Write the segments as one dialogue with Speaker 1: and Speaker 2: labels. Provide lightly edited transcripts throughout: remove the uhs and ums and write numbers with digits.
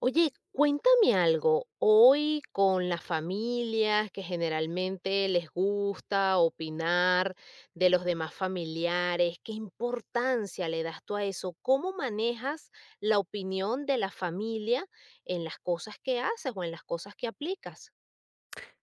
Speaker 1: Oye, cuéntame algo. Hoy con las familias que generalmente les gusta opinar de los demás familiares, ¿qué importancia le das tú a eso? ¿Cómo manejas la opinión de la familia en las cosas que haces o en las cosas que aplicas?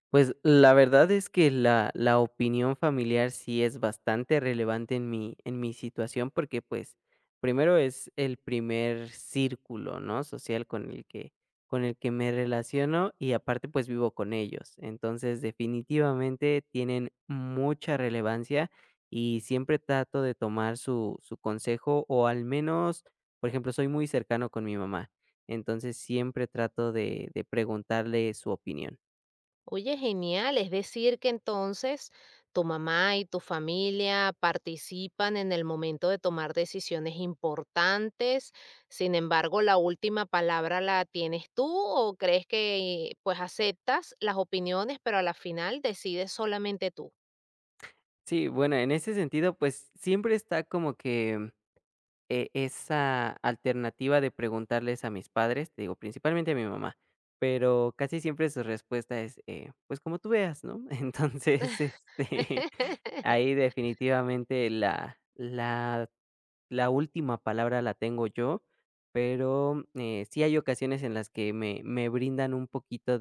Speaker 2: Pues la verdad es que la opinión familiar sí es bastante relevante en mi situación, porque, pues, primero es el primer círculo, ¿no?, social con el que me relaciono y aparte, pues, vivo con ellos. Entonces, definitivamente tienen mucha relevancia y siempre trato de tomar su consejo o al menos, por ejemplo, soy muy cercano con mi mamá, entonces siempre trato de preguntarle su opinión.
Speaker 1: Oye, genial. Es decir, que entonces tu mamá y tu familia participan en el momento de tomar decisiones importantes. Sin embargo, la última palabra la tienes tú o crees que pues aceptas las opiniones, pero a la final decides solamente tú.
Speaker 2: Sí, bueno, en ese sentido, pues siempre está como que esa alternativa de preguntarles a mis padres, te digo, principalmente a mi mamá, pero casi siempre su respuesta es, pues como tú veas, ¿no? Entonces, ahí definitivamente la última palabra la tengo yo, pero sí hay ocasiones en las que me brindan un poquito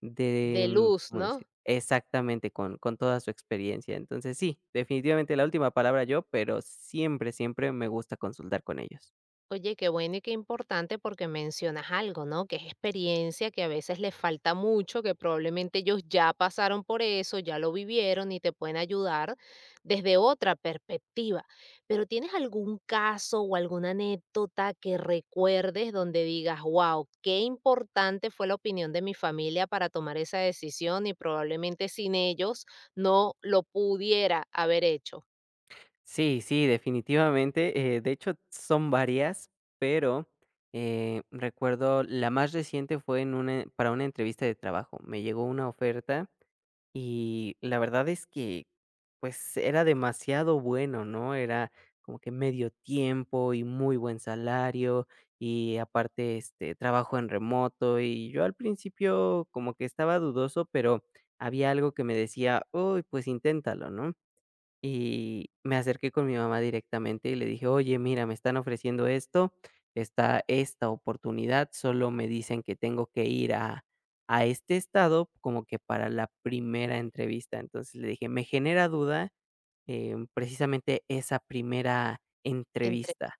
Speaker 2: de,
Speaker 1: De luz,
Speaker 2: ¿cómo decir?
Speaker 1: ¿no?
Speaker 2: Exactamente, con toda su experiencia. Entonces, sí, definitivamente la última palabra yo, pero siempre, siempre me gusta consultar con ellos.
Speaker 1: Oye, qué bueno y qué importante porque mencionas algo, ¿no? Que es experiencia que a veces les falta mucho, que probablemente ellos ya pasaron por eso, ya lo vivieron y te pueden ayudar desde otra perspectiva. Pero ¿tienes algún caso o alguna anécdota que recuerdes donde digas, wow, qué importante fue la opinión de mi familia para tomar esa decisión y probablemente sin ellos no lo pudiera haber hecho?
Speaker 2: Sí, sí, definitivamente. De hecho, son varias, pero, recuerdo la más reciente fue en una para una entrevista de trabajo. Me llegó una oferta. Y la verdad es que, pues, era demasiado bueno, ¿no? Era como que medio tiempo y muy buen salario y aparte, trabajo en remoto y yo al principio como que estaba dudoso, pero había algo que me decía, uy, pues inténtalo, ¿no? Y me acerqué con mi mamá directamente y le dije: "Oye, mira, me están ofreciendo esto, está esta oportunidad, solo me dicen que tengo que ir a este estado como que para la primera entrevista". Entonces le dije: "Me genera duda, precisamente esa primera
Speaker 1: Entre.
Speaker 2: entrevista".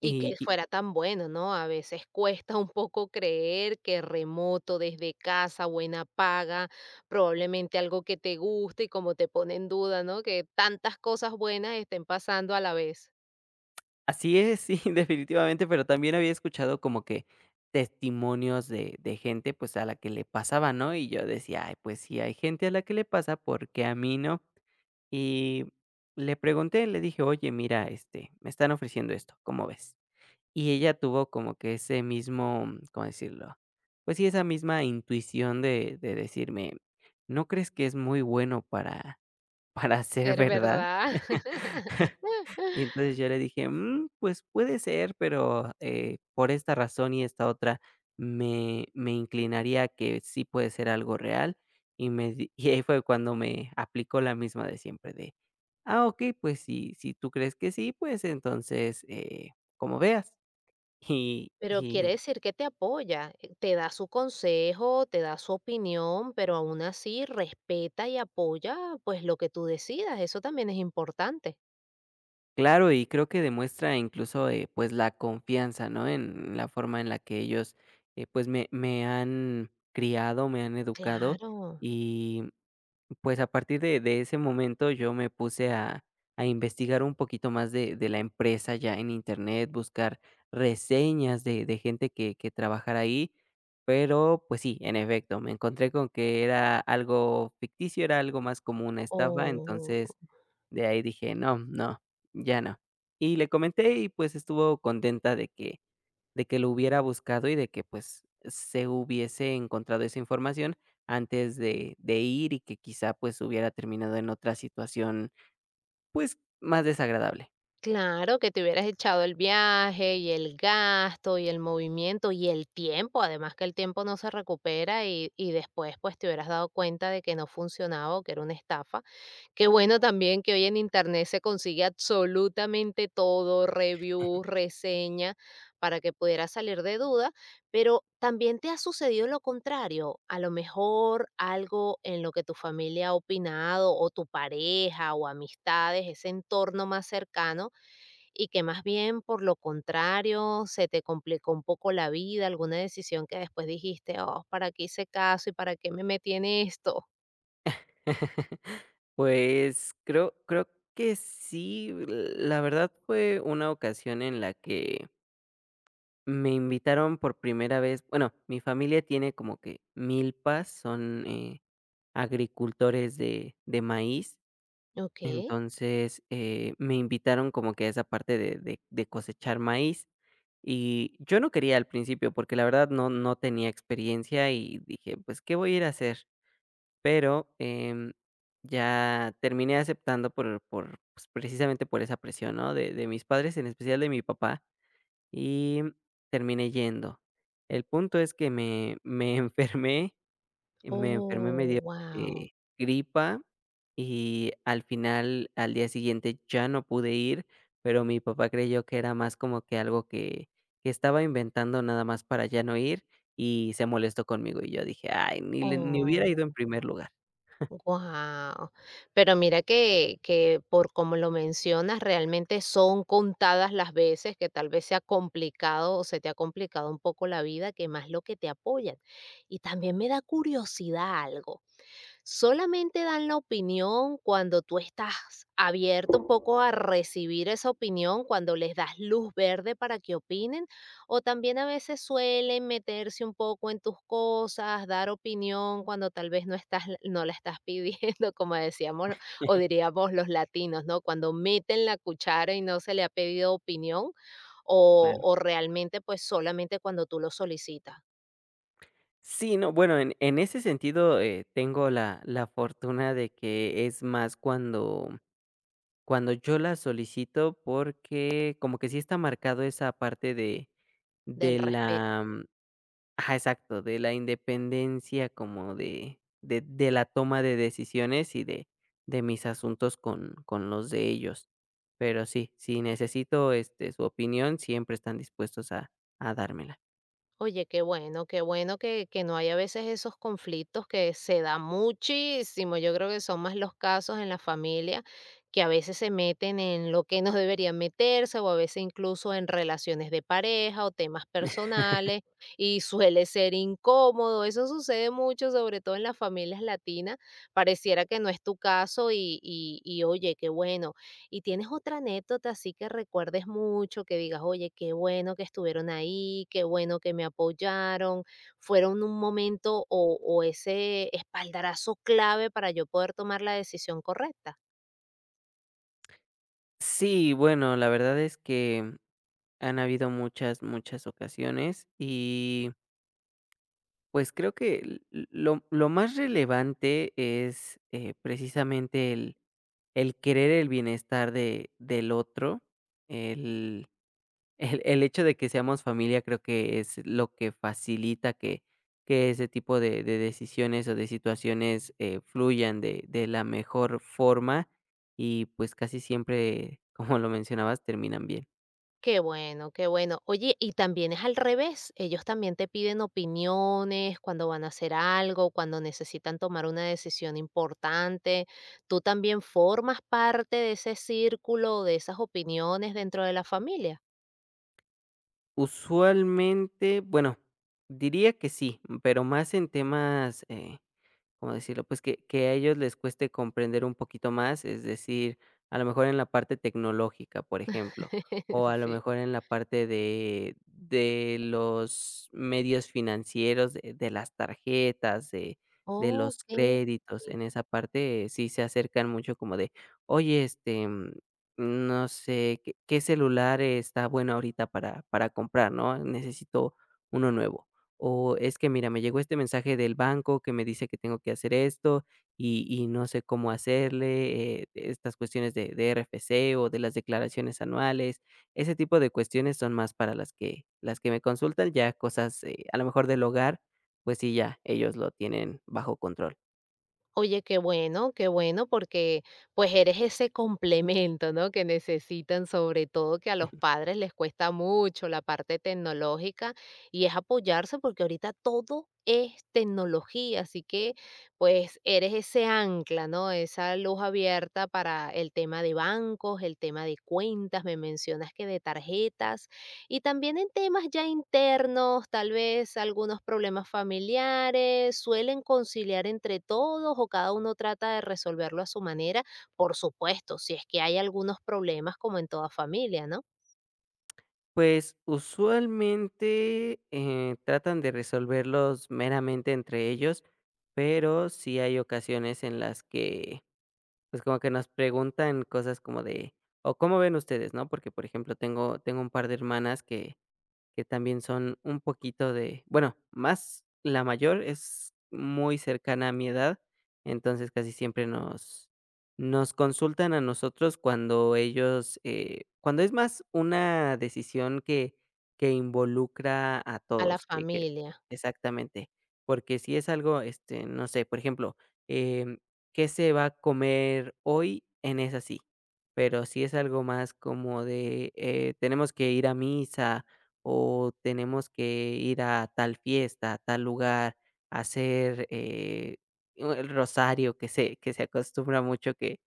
Speaker 1: Y
Speaker 2: Y
Speaker 1: que
Speaker 2: y
Speaker 1: fuera tan bueno, ¿no? A veces cuesta un poco creer que remoto, desde casa, buena paga, probablemente algo que te guste y como te pone en duda, ¿no? Que tantas cosas buenas estén pasando a la vez.
Speaker 2: así es, sí, definitivamente, pero también había escuchado como que testimonios de gente, pues, a la que le pasaba, ¿no? Y yo decía: "Ay, pues, si hay gente a la que le pasa, ¿por qué a mí no?". Y le pregunté, le dije: "Oye, mira, me están ofreciendo esto, ¿cómo ves?". Y ella tuvo como que ese mismo, ¿cómo decirlo? Pues sí, esa misma intuición de decirme: "¿No crees que es muy bueno para para ser
Speaker 1: Es
Speaker 2: verdad?".
Speaker 1: verdad.
Speaker 2: Y entonces yo le dije: "Mm, pues puede ser, pero, por esta razón y esta otra, me inclinaría a que sí puede ser algo real", y me di y ahí fue cuando me aplicó la misma de siempre de: "Ah, ok, pues si tú crees que sí, pues entonces, como veas". Y
Speaker 1: Pero quiere
Speaker 2: y
Speaker 1: decir que te apoya, te da su consejo, te da su opinión, pero aún así respeta y apoya pues lo que tú decidas. Eso también es importante.
Speaker 2: claro, y creo que demuestra incluso, pues la confianza, ¿no? En la forma en la que ellos, pues me han criado, me han educado.
Speaker 1: Claro.
Speaker 2: Y pues, a partir de ese momento, yo me puse a investigar un poquito más de la empresa ya en Internet, buscar reseñas de gente que trabajara ahí, pero, pues sí, en efecto, me encontré con que era algo ficticio, era algo más como una estafa,
Speaker 1: O
Speaker 2: entonces, de ahí dije: "No, no, ya no". Y le comenté y, pues, estuvo contenta de que lo hubiera buscado y de que, pues, se hubiese encontrado esa información antes de ir y que quizá, pues, hubiera terminado en otra situación, pues, más desagradable.
Speaker 1: claro, que te hubieras echado el viaje y el gasto y el movimiento y el tiempo, además que el tiempo no se recupera y después pues te hubieras dado cuenta de que no funcionaba o que era una estafa. Qué bueno también que hoy en internet se consigue absolutamente todo, reviews, reseña, para que pudieras salir de duda, pero también te ha sucedido lo contrario, a lo mejor algo en lo que tu familia ha opinado o tu pareja o amistades, ese entorno más cercano y que más bien por lo contrario se te complicó un poco la vida, alguna decisión que después dijiste, oh, ¿para qué hice caso y para qué me metí en esto?
Speaker 2: Pues, creo que sí, la verdad fue una ocasión en la que me invitaron por primera vez. Bueno, mi familia tiene como que milpas, son, agricultores de maíz.
Speaker 1: Ok.
Speaker 2: Entonces, me invitaron como que a esa parte de cosechar maíz, y yo no quería al principio, porque la verdad no tenía experiencia y dije: "Pues, ¿qué voy a ir a hacer?". Pero, ya terminé aceptando pues, precisamente por esa presión, ¿no?, de mis padres, en especial de mi papá, y terminé yendo. El punto es que me enfermé, me enfermé, me
Speaker 1: Oh,
Speaker 2: dio,
Speaker 1: wow.
Speaker 2: eh, gripa y al final, al día siguiente ya no pude ir, pero mi papá creyó que era más como que algo que estaba inventando nada más para ya no ir, y se molestó conmigo, y yo dije: "Ay, ni le ni hubiera ido
Speaker 1: Oh,
Speaker 2: en primer lugar".
Speaker 1: wow. Pero mira que por como lo mencionas, realmente son contadas las veces que tal vez se ha complicado o se te ha complicado un poco la vida, que más lo que te apoyan. Y también me da curiosidad algo. Solamente dan la opinión cuando tú estás abierto un poco a recibir esa opinión, cuando les das luz verde para que opinen, o también a veces suelen meterse un poco en tus cosas, dar opinión cuando tal vez no estás, no la estás pidiendo, como decíamos o diríamos los latinos, ¿no? Cuando meten la cuchara y no se le ha pedido opinión,
Speaker 2: Claro.
Speaker 1: o realmente pues solamente cuando tú lo solicitas
Speaker 2: Sí, no, bueno, en ese sentido, tengo la fortuna de que es más cuando cuando yo la solicito, porque como que sí está marcado esa parte
Speaker 1: del
Speaker 2: de
Speaker 1: respeto.
Speaker 2: la. Ajá, exacto, de la independencia como de la toma de decisiones y de mis asuntos con los de ellos. Pero sí, si necesito, su opinión, siempre están dispuestos a dármela.
Speaker 1: Oye, qué bueno que no hay a veces esos conflictos que se da muchísimo. Yo creo que son más los casos en la familia que a veces se meten en lo que no deberían meterse o a veces incluso en relaciones de pareja o temas personales y suele ser incómodo. Eso sucede mucho, sobre todo en las familias latinas. Pareciera que no es tu caso y oye, qué bueno. ¿Y tienes otra anécdota así que recuerdes mucho, que digas, oye, qué bueno que estuvieron ahí, qué bueno que me apoyaron, fueron un momento o ese espaldarazo clave para yo poder tomar la decisión correcta?
Speaker 2: Sí, bueno, la verdad es que han habido muchas, muchas ocasiones y, pues, creo que lo más relevante es, precisamente el querer el bienestar de del otro, el. El hecho de que seamos familia creo que es lo que facilita que ese tipo de decisiones o de situaciones, fluyan de la mejor forma y, pues, casi siempre, como lo mencionabas, terminan bien.
Speaker 1: Qué bueno, qué bueno. Oye, y también es al revés, ellos también te piden opiniones cuando van a hacer algo, cuando necesitan tomar una decisión importante. ¿Tú también formas parte de ese círculo, de esas opiniones dentro de la familia?
Speaker 2: Usualmente, bueno, diría que sí, pero más en temas, ¿cómo decirlo? Pues que a ellos les cueste comprender un poquito más, es decir, a lo mejor en la parte tecnológica, por ejemplo, o a lo
Speaker 1: Sí.
Speaker 2: mejor en la parte de los medios financieros, de las tarjetas, de los
Speaker 1: Okey.
Speaker 2: créditos, en esa parte sí se acercan mucho como de, oye, no sé, ¿qué, qué celular está bueno ahorita para comprar, ¿no? Necesito uno nuevo. O es que mira, me llegó este mensaje del banco que me dice que tengo que hacer esto y no sé cómo hacerle, estas cuestiones de RFC o de las declaraciones anuales, ese tipo de cuestiones son más para las que me consultan, ya cosas a lo mejor del hogar, pues sí, ya ellos lo tienen bajo control.
Speaker 1: Oye, qué bueno, porque, pues, eres ese complemento, ¿no?, que necesitan, sobre todo que a los padres les cuesta mucho la parte tecnológica, y es apoyarse porque ahorita todo es tecnología, así que, pues, eres ese ancla, ¿no?, esa luz abierta para el tema de bancos, el tema de cuentas, me mencionas que de tarjetas. Y también en temas ya internos, tal vez algunos problemas familiares, suelen conciliar entre todos o cada uno trata de resolverlo a su manera, por supuesto, si es que hay algunos problemas como en toda familia, ¿no?
Speaker 2: Pues usualmente tratan de resolverlos meramente entre ellos, pero sí hay ocasiones en las que. Pues, como que nos preguntan cosas como de, o, ¿cómo ven ustedes?, ¿no? Porque, por ejemplo, tengo un par de hermanas que también son un poquito de bueno, más la mayor es muy cercana a mi edad, entonces casi siempre nos nos consultan a nosotros cuando ellos, cuando es más una decisión que involucra a
Speaker 1: A la
Speaker 2: todos, que
Speaker 1: familia.
Speaker 2: exactamente, porque si es algo, no sé, por ejemplo, em, ¿qué se va a comer hoy? En esa sí, pero si es algo más como de, tenemos que ir a misa o tenemos que ir a tal fiesta, a tal lugar, hacer, el rosario que se acostumbra mucho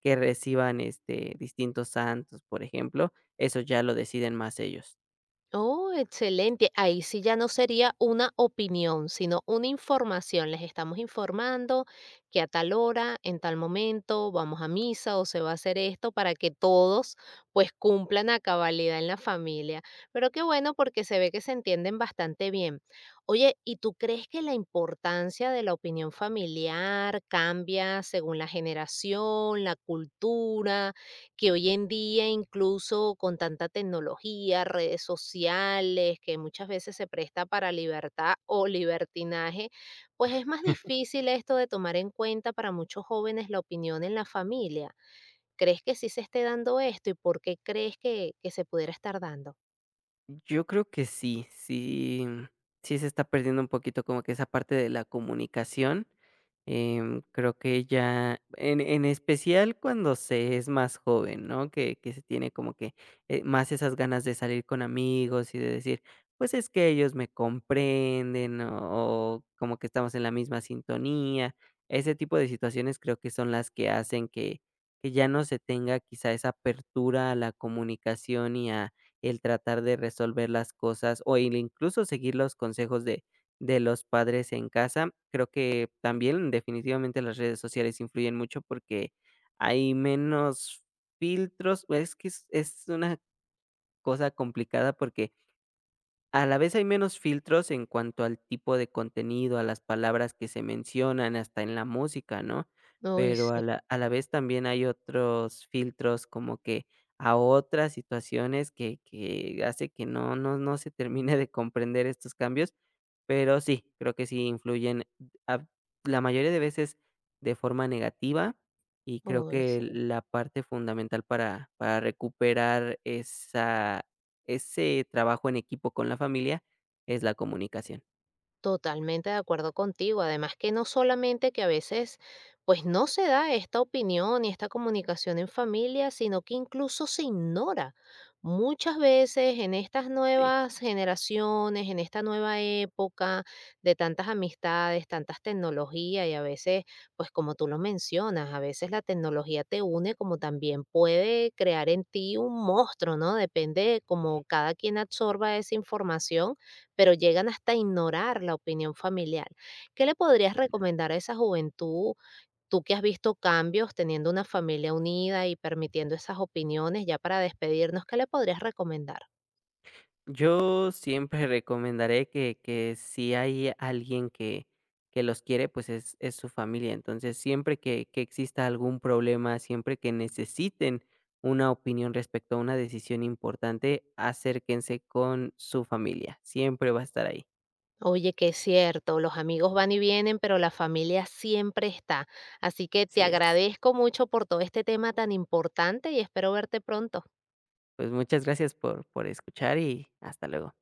Speaker 2: que reciban, distintos santos, por ejemplo, eso ya lo deciden más ellos.
Speaker 1: Oh, excelente. Ahí sí ya no sería una opinión, sino una información. Les estamos informando que a tal hora, en tal momento, vamos a misa o se va a hacer esto para que todos pues cumplan a cabalidad en la familia. Pero qué bueno porque se ve que se entienden bastante bien. Oye, ¿y tú crees que la importancia de la opinión familiar cambia según la generación, la cultura? Que hoy en día, incluso con tanta tecnología, redes sociales, que muchas veces se presta para libertad o libertinaje, pues es más difícil esto de tomar en cuenta para muchos jóvenes la opinión en la familia. ¿Crees que sí se esté dando esto y por qué crees que se pudiera estar dando?
Speaker 2: Yo creo que sí, sí, sí se está perdiendo un poquito como que esa parte de la comunicación. Creo que ya, en especial cuando se es más joven, ¿no? Que se tiene como que, más esas ganas de salir con amigos y de decir, pues es que ellos me comprenden o como que estamos en la misma sintonía. Ese tipo de situaciones creo que son las que hacen que ya no se tenga quizá esa apertura a la comunicación y a el tratar de resolver las cosas o el incluso seguir los consejos de los padres en casa, creo que también definitivamente las redes sociales influyen mucho porque hay menos filtros. Pues, es que es una cosa complicada porque a la vez hay menos filtros en cuanto al tipo de contenido, a las palabras que se mencionan, hasta en la música, ¿no?
Speaker 1: Uy,
Speaker 2: Pero
Speaker 1: sí,
Speaker 2: a la vez también hay otros filtros como que a otras situaciones que hace que no, no, no se termine de comprender estos cambios, pero sí, creo que sí influyen a- la mayoría de veces de forma negativa y creo
Speaker 1: uy,
Speaker 2: que
Speaker 1: sí.
Speaker 2: la parte fundamental para recuperar ese trabajo en equipo con la familia es la comunicación.
Speaker 1: Totalmente de acuerdo contigo. Además que no solamente que a veces pues no se da esta opinión y esta comunicación en familia, sino que incluso se ignora. Muchas veces en estas
Speaker 2: Sí.
Speaker 1: nuevas generaciones, en esta nueva época de tantas amistades, tantas tecnologías y a veces, pues como tú lo mencionas, a veces la tecnología te une como también puede crear en ti un monstruo, ¿no? Depende de cómo cada quien absorba esa información, pero llegan hasta ignorar la opinión familiar. ¿Qué le podrías recomendar a esa juventud, tú que has visto cambios teniendo una familia unida y permitiendo esas opiniones ya para despedirnos? ¿Qué le podrías recomendar?
Speaker 2: Yo siempre recomendaré que si hay alguien que los quiere, pues es su familia. Entonces, siempre que exista algún problema, siempre que necesiten una opinión respecto a una decisión importante, acérquense con su familia, siempre va a estar ahí.
Speaker 1: Oye, que es cierto, los amigos van y vienen, pero la familia siempre está. Así que te
Speaker 2: Así es.
Speaker 1: agradezco mucho por todo este tema tan importante y espero verte pronto.
Speaker 2: Pues muchas gracias por escuchar y hasta luego.